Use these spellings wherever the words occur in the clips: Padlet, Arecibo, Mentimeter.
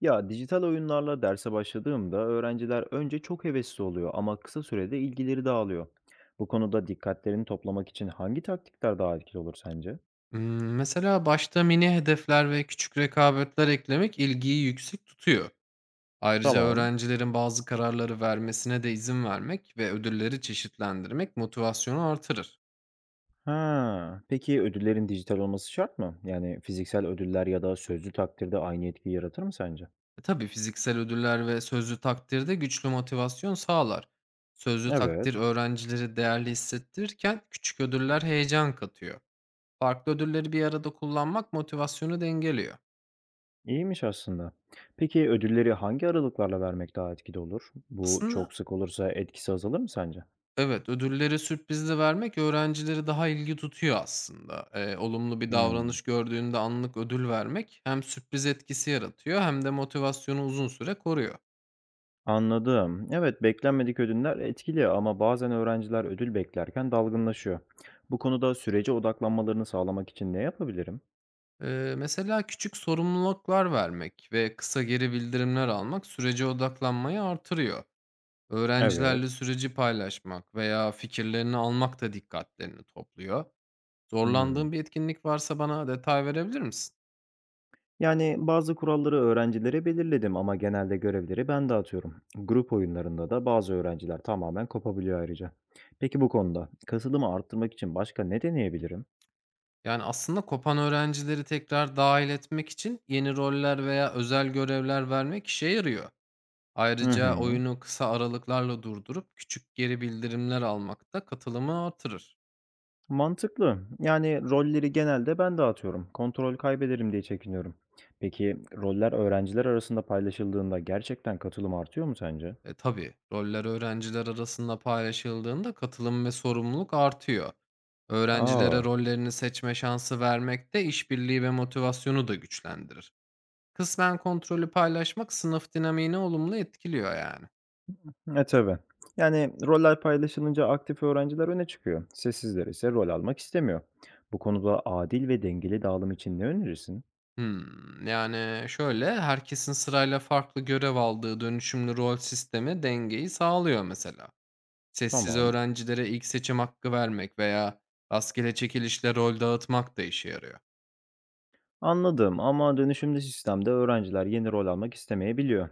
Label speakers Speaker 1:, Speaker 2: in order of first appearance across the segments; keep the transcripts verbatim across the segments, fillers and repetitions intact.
Speaker 1: Ya dijital oyunlarla derse başladığımda öğrenciler önce çok hevesli oluyor ama kısa sürede ilgileri dağılıyor. Bu konuda dikkatlerini toplamak için hangi taktikler daha etkili olur sence?
Speaker 2: Imm, mesela başta mini hedefler ve küçük rekabetler eklemek ilgiyi yüksek tutuyor. Ayrıca
Speaker 1: Tamam.
Speaker 2: öğrencilerin bazı kararları vermesine de izin vermek ve ödülleri çeşitlendirmek motivasyonu artırır.
Speaker 1: Ha, peki ödüllerin dijital olması şart mı? Yani fiziksel ödüller ya da sözlü takdirde aynı etkiyi yaratır mı sence?
Speaker 2: E tabii fiziksel ödüller ve sözlü takdir de güçlü motivasyon sağlar. Sözlü
Speaker 1: Evet,
Speaker 2: takdir öğrencileri değerli hissettirirken küçük ödüller heyecan katıyor. Farklı ödülleri bir arada kullanmak motivasyonu dengeliyor.
Speaker 1: iyiymiş aslında. Peki ödülleri hangi aralıklarla vermek daha etkili olur? Bu çok
Speaker 2: Aslında
Speaker 1: sık olursa etkisi azalır mı sence?
Speaker 2: Evet, ödülleri sürprizli vermek öğrencileri daha ilgi tutuyor aslında. Eee, olumlu bir
Speaker 1: Hmm.
Speaker 2: davranış gördüğünde anlık ödül vermek hem sürpriz etkisi yaratıyor hem de motivasyonu uzun süre koruyor.
Speaker 1: Anladım. Evet, beklenmedik ödüller etkili ama bazen öğrenciler ödül beklerken dalgınlaşıyor. Bu konuda sürece odaklanmalarını sağlamak için ne yapabilirim?
Speaker 2: Eee, mesela küçük sorumluluklar vermek ve kısa geri bildirimler almak sürece odaklanmayı artırıyor. Öğrencilerle
Speaker 1: Evet.
Speaker 2: süreci paylaşmak veya fikirlerini almak da dikkatlerini topluyor.
Speaker 1: Hmm.
Speaker 2: Zorlandığın bir etkinlik varsa bana detay verebilir misin?
Speaker 1: Yani bazı kuralları öğrencilere belirledim ama genelde görevleri ben dağıtıyorum. Grup oyunlarında da bazı öğrenciler tamamen kopabiliyor ayrıca. Peki bu konuda katılımı arttırmak için başka ne deneyebilirim?
Speaker 2: Yani, aslında kopan öğrencileri tekrar dahil etmek için yeni roller veya özel görevler vermek işe yarıyor.
Speaker 1: Hı
Speaker 2: Ayrıca
Speaker 1: hı.
Speaker 2: oyunu kısa aralıklarla durdurup küçük geri bildirimler almak da katılımı artırır.
Speaker 1: Mantıklı. Yani rolleri genelde ben dağıtıyorum. Kontrol kaybederim diye çekiniyorum. Peki roller öğrenciler arasında paylaşıldığında gerçekten katılım artıyor mu sence?
Speaker 2: E, tabii, roller öğrenciler arasında paylaşıldığında katılım ve sorumluluk artıyor. Öğrencilere
Speaker 1: Aa,
Speaker 2: rollerini seçme şansı vermek de işbirliği ve motivasyonu da güçlendirir. Kısmen kontrolü paylaşmak sınıf dinamiğini olumlu etkiliyor yani.
Speaker 1: e tabii. Yani roller paylaşılınca aktif öğrenciler öne çıkıyor. Sessizler ise rol almak istemiyor. Bu konuda adil ve dengeli dağılım için ne önerirsin?
Speaker 2: Hımm. Yani, şöyle, herkesin sırayla farklı görev aldığı dönüşümlü rol sistemi dengeyi sağlıyor mesela. Sessiz
Speaker 1: Tamam.
Speaker 2: öğrencilere ilk seçim hakkı vermek veya rastgele çekilişle rol dağıtmak da işe yarıyor.
Speaker 1: Anladım ama dönüşümlü sistemde öğrenciler yeni rol almak istemeyebiliyor.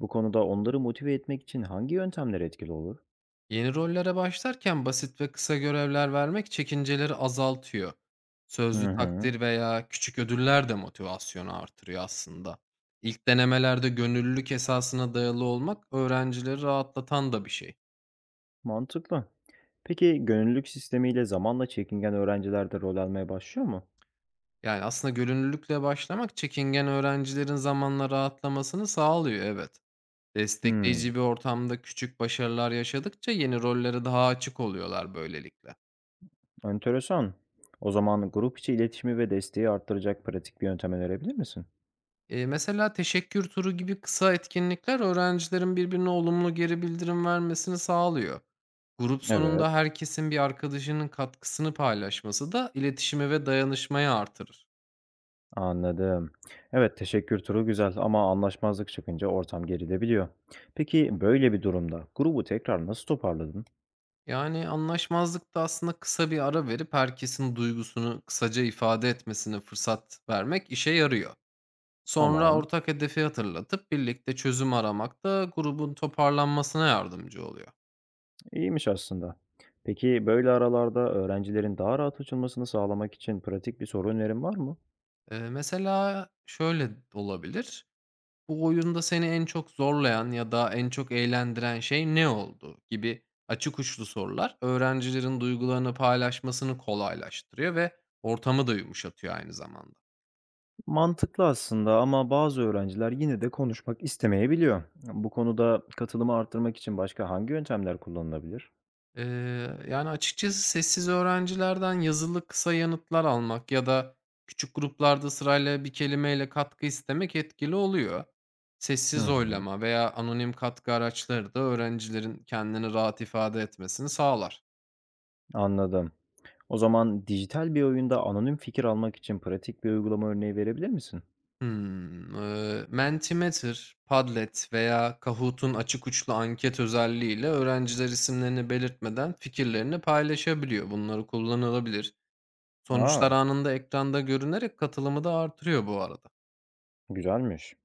Speaker 1: Bu konuda onları motive etmek için hangi yöntemler etkili olur?
Speaker 2: Yeni rollere başlarken basit ve kısa görevler vermek çekinceleri azaltıyor.
Speaker 1: Hı
Speaker 2: Sözlü
Speaker 1: hı.
Speaker 2: takdir veya küçük ödüller de motivasyonu artırıyor aslında. İlk denemelerde gönüllülük esasına dayalı olmak öğrencileri rahatlatan da bir şey.
Speaker 1: Mantıklı. Peki gönüllülük sistemiyle zamanla çekingen öğrenciler de rol almaya başlıyor mu?
Speaker 2: Yani, aslında gönüllülükle başlamak çekingen öğrencilerin zamanla rahatlamasını sağlıyor, evet.
Speaker 1: Hmm,
Speaker 2: Destekleyici bir ortamda küçük başarılar yaşadıkça yeni rollere daha açık oluyorlar böylelikle.
Speaker 1: enteresan. O zaman grup içi iletişimi ve desteği arttıracak pratik bir yöntem önerebilir misin?
Speaker 2: Eee, mesela teşekkür turu gibi kısa etkinlikler öğrencilerin birbirine olumlu geri bildirim vermesini sağlıyor. Grup sonunda
Speaker 1: Evet,
Speaker 2: herkesin bir arkadaşının katkısını paylaşması da iletişimi ve dayanışmayı artırır.
Speaker 1: anladım. Evet, teşekkür turu güzel ama anlaşmazlık çıkınca ortam gerilebiliyor. Peki böyle bir durumda grubu tekrar nasıl toparladın?
Speaker 2: Yani, anlaşmazlıkta aslında kısa bir ara verip herkesin duygusunu kısaca ifade etmesine fırsat vermek işe yarıyor. Sonra
Speaker 1: Tamam,
Speaker 2: ortak hedefi hatırlatıp birlikte çözüm aramak da grubun toparlanmasına yardımcı oluyor.
Speaker 1: iyiymiş aslında. Peki böyle aralarda öğrencilerin daha rahat açılmasını sağlamak için pratik bir soru önerin var mı?
Speaker 2: Eee, mesela şöyle olabilir: "Bu oyunda seni en çok zorlayan ya da en çok eğlendiren şey ne oldu?" gibi açık uçlu sorular öğrencilerin duygularını paylaşmasını kolaylaştırıyor ve ortamı da yumuşatıyor aynı zamanda.
Speaker 1: Mantıklı aslında ama bazı öğrenciler yine de konuşmak istemeyebiliyor. Bu konuda katılımı arttırmak için başka hangi yöntemler kullanılabilir?
Speaker 2: Eee, yani, açıkçası sessiz öğrencilerden yazılı kısa yanıtlar almak ya da küçük gruplarda sırayla bir kelimeyle katkı istemek etkili oluyor.
Speaker 1: Hı
Speaker 2: Sessiz
Speaker 1: hı,
Speaker 2: oylama veya anonim katkı araçları da öğrencilerin kendini rahat ifade etmesini sağlar.
Speaker 1: anladım. O zaman dijital bir oyunda anonim fikir almak için pratik bir uygulama örneği verebilir misin?
Speaker 2: Hımm, eee, Mentimeter, Padlet veya Kahoot'un açık uçlu anket özelliğiyle öğrenciler isimlerini belirtmeden fikirlerini paylaşabiliyor. Bunları kullanılabilir.
Speaker 1: Aa,
Speaker 2: Sonuçlar anında ekranda görünerek katılımı da artırıyor bu arada.
Speaker 1: güzelmiş.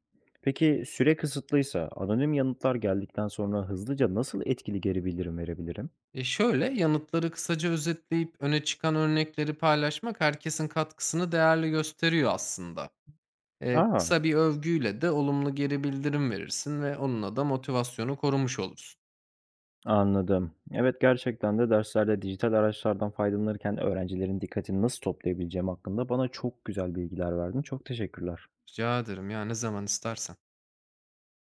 Speaker 1: Peki süre kısıtlıysa anonim yanıtlar geldikten sonra hızlıca nasıl etkili geri bildirim verebilirim?
Speaker 2: E şöyle, yanıtları kısaca özetleyip öne çıkan örnekleri paylaşmak herkesin katkısını değerli gösteriyor aslında. E,
Speaker 1: Aa,
Speaker 2: kısa bir övgüyle de olumlu geri bildirim verirsin ve onunla da motivasyonu korumuş olursun.
Speaker 1: anladım. Evet, gerçekten de derslerde dijital araçlardan faydalanırken öğrencilerin dikkatini nasıl toplayabileceğim hakkında bana çok güzel bilgiler verdin. Çok teşekkürler.
Speaker 2: Rica ederim ya, ne zaman istersen.